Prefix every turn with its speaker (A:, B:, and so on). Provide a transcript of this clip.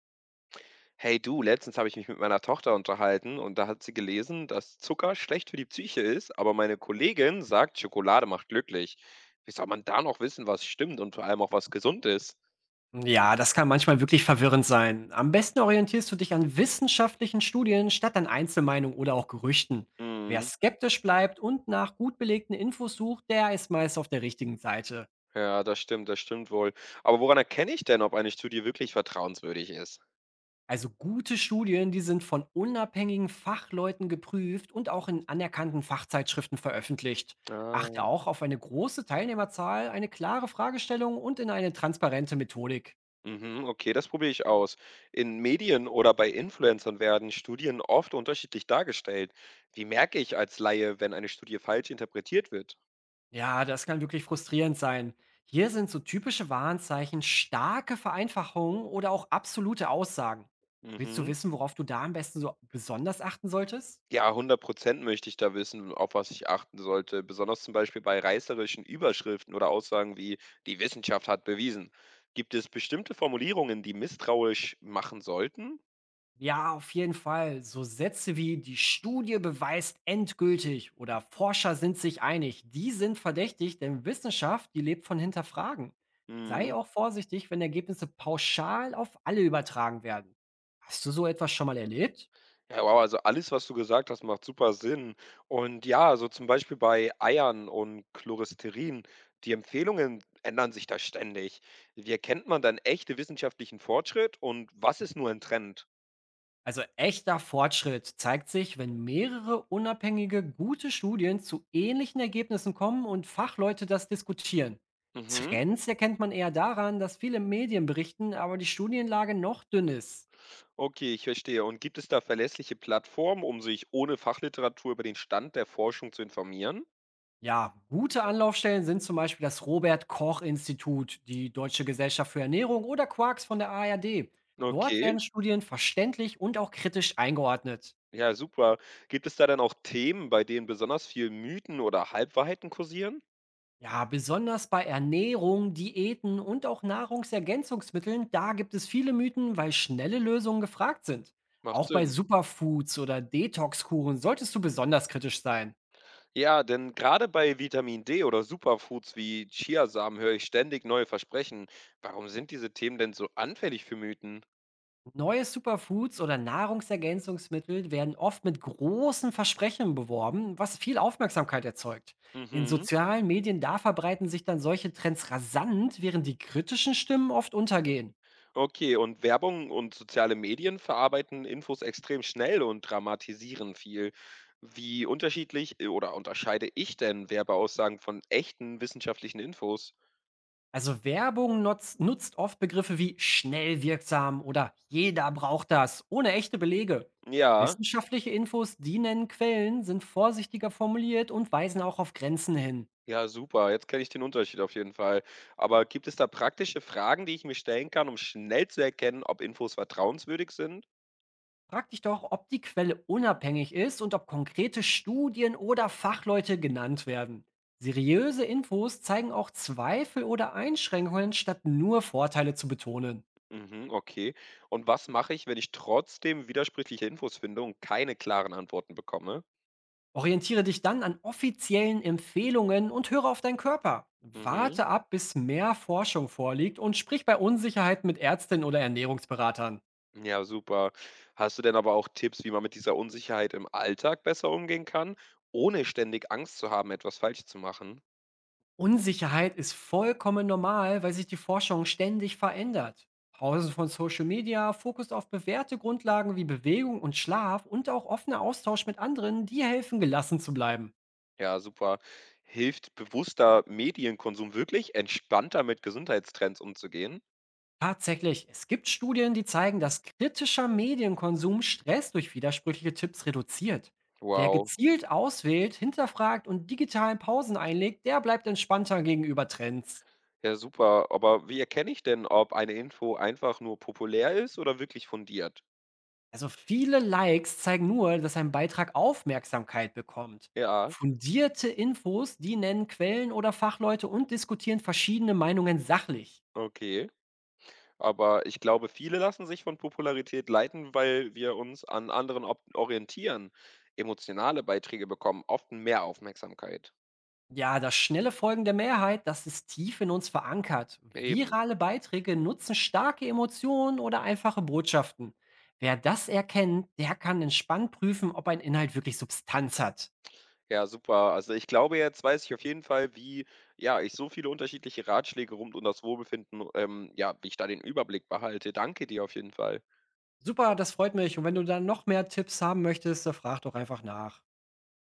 A: Hey du, letztens habe ich mich mit meiner Tochter unterhalten und da hat sie gelesen, dass Zucker schlecht für die Psyche ist, aber meine Kollegin sagt, Schokolade macht glücklich. Wie soll man da noch wissen, was stimmt und vor allem auch was gesund ist?
B: Ja, das kann manchmal wirklich verwirrend sein. Am besten orientierst du dich an wissenschaftlichen Studien statt an Einzelmeinungen oder auch Gerüchten. Wer
A: Mhm.
B: skeptisch bleibt und nach gut belegten Infos sucht, der ist meist auf der richtigen Seite.
A: Ja, das stimmt wohl. Aber woran erkenne ich denn, ob eine Studie wirklich vertrauenswürdig ist?
B: Also gute Studien, die sind von unabhängigen Fachleuten geprüft und auch in anerkannten Fachzeitschriften veröffentlicht. Achte
A: Ah.
B: auch auf eine große Teilnehmerzahl, eine klare Fragestellung und in eine transparente Methodik.
A: Mhm, okay, das probiere ich aus. In Medien oder bei Influencern werden Studien oft unterschiedlich dargestellt. Wie merke ich als Laie, wenn eine Studie falsch interpretiert wird?
B: Ja, das kann wirklich frustrierend sein. Hier sind so typische Warnzeichen, starke Vereinfachungen oder auch absolute Aussagen. Willst du
A: Mhm.
B: wissen, worauf du da am besten so besonders achten solltest?
A: Ja, 100% möchte ich da wissen, auf was ich achten sollte, besonders zum Beispiel bei reißerischen Überschriften oder Aussagen wie „Die Wissenschaft hat bewiesen“. Gibt es bestimmte Formulierungen, die misstrauisch machen sollten?
B: Ja, auf jeden Fall. So Sätze wie die Studie beweist endgültig oder Forscher sind sich einig, die sind verdächtig, denn Wissenschaft, die lebt von Hinterfragen. Sei
A: Mhm.
B: auch vorsichtig, wenn Ergebnisse pauschal auf alle übertragen werden. Hast du so etwas schon mal erlebt?
A: Ja, wow, also alles, was du gesagt hast, macht super Sinn. Und ja, so zum Beispiel bei Eiern und Cholesterin, die Empfehlungen ändern sich da ständig. Wie erkennt man dann echte wissenschaftlichen Fortschritt und was ist nur ein Trend?
B: Also echter Fortschritt zeigt sich, wenn mehrere unabhängige, gute Studien zu ähnlichen Ergebnissen kommen und Fachleute das diskutieren.
A: Mhm.
B: Trends erkennt man eher daran, dass viele Medien berichten, aber die Studienlage noch dünn ist.
A: Okay, ich verstehe. Und gibt es da verlässliche Plattformen, um sich ohne Fachliteratur über den Stand der Forschung zu informieren?
B: Ja, gute Anlaufstellen sind zum Beispiel das Robert Koch Institut, die Deutsche Gesellschaft für Ernährung oder Quarks von der ARD. Dort
A: Okay,
B: werden Studien verständlich und auch kritisch eingeordnet.
A: ja, super. Gibt es da dann auch Themen, bei denen besonders viel Mythen oder Halbwahrheiten kursieren?
B: Ja, besonders bei Ernährung, Diäten und auch Nahrungsergänzungsmitteln, da gibt es viele Mythen, weil schnelle Lösungen gefragt sind.
A: Macht
B: Auch bei
A: Sinn.
B: Superfoods oder Detoxkuren solltest du besonders kritisch sein.
A: Ja, denn gerade bei Vitamin D oder Superfoods wie Chiasamen höre ich ständig neue Versprechen. Warum sind diese Themen denn so anfällig für Mythen?
B: Neue Superfoods oder Nahrungsergänzungsmittel werden oft mit großen Versprechen beworben, was viel Aufmerksamkeit erzeugt. In
A: Mhm.
B: sozialen Medien da verbreiten sich dann solche Trends rasant, während die kritischen Stimmen oft untergehen.
A: Okay, und Werbung und soziale Medien verarbeiten Infos extrem schnell und dramatisieren viel. Wie unterschiedlich oder unterscheide ich denn Werbeaussagen von echten wissenschaftlichen Infos?
B: Also Werbung nutzt oft Begriffe wie schnell wirksam oder jeder braucht das, ohne echte Belege.
A: Ja,
B: Wissenschaftliche Infos, die nennen Quellen, sind vorsichtiger formuliert und weisen auch auf Grenzen hin.
A: ja, super. Jetzt kenne ich den Unterschied auf jeden Fall. Aber gibt es da praktische Fragen, die ich mir stellen kann, um schnell zu erkennen, ob Infos vertrauenswürdig sind?
B: Frag dich doch, ob die Quelle unabhängig ist und ob konkrete Studien oder Fachleute genannt werden. Seriöse Infos zeigen auch Zweifel oder Einschränkungen, statt nur Vorteile zu betonen.
A: Mhm, okay. Und was mache ich, wenn ich trotzdem widersprüchliche Infos finde und keine klaren Antworten bekomme?
B: Orientiere dich dann an offiziellen Empfehlungen und höre auf deinen Körper.
A: Mhm.
B: Warte ab, bis mehr Forschung vorliegt und sprich bei Unsicherheit mit Ärztinnen oder Ernährungsberatern.
A: Ja, super. Hast du denn aber auch Tipps, wie man mit dieser Unsicherheit im Alltag besser umgehen kann, ohne ständig Angst zu haben, etwas falsch zu machen?
B: Unsicherheit ist vollkommen normal, weil sich die Forschung ständig verändert. Pausen von Social Media, Fokus auf bewährte Grundlagen wie Bewegung und Schlaf und auch offener Austausch mit anderen, die helfen, gelassen zu bleiben.
A: Ja, super. Hilft bewusster Medienkonsum wirklich, entspannter mit Gesundheitstrends umzugehen?
B: Tatsächlich, es gibt Studien, die zeigen, dass kritischer Medienkonsum Stress durch widersprüchliche Tipps reduziert. Wer
A: Wow.
B: gezielt auswählt, hinterfragt und digitalen Pausen einlegt, der bleibt entspannter gegenüber Trends.
A: Ja, super. Aber wie erkenne ich denn, ob eine Info einfach nur populär ist oder wirklich fundiert?
B: Also viele Likes zeigen nur, dass ein Beitrag Aufmerksamkeit bekommt.
A: Ja,
B: Fundierte Infos, die nennen Quellen oder Fachleute und diskutieren verschiedene Meinungen sachlich.
A: okay. Aber ich glaube, viele lassen sich von Popularität leiten, weil wir uns an anderen ob orientieren. Emotionale Beiträge bekommen oft mehr Aufmerksamkeit.
B: Ja, das schnelle Folgen der Mehrheit, das ist tief in uns verankert.
A: Eben.
B: Virale Beiträge nutzen starke Emotionen oder einfache Botschaften. Wer das erkennt, der kann entspannt prüfen, ob ein Inhalt wirklich Substanz hat.
A: Ja, super. Also ich glaube, jetzt weiß ich auf jeden Fall, wie, ja, ich so viele unterschiedliche Ratschläge rund um das Wohlbefinden, ja, wie ich da den Überblick behalte. Danke dir auf jeden Fall.
B: Super, das freut mich. Und wenn du dann noch mehr Tipps haben möchtest, dann frag doch einfach nach.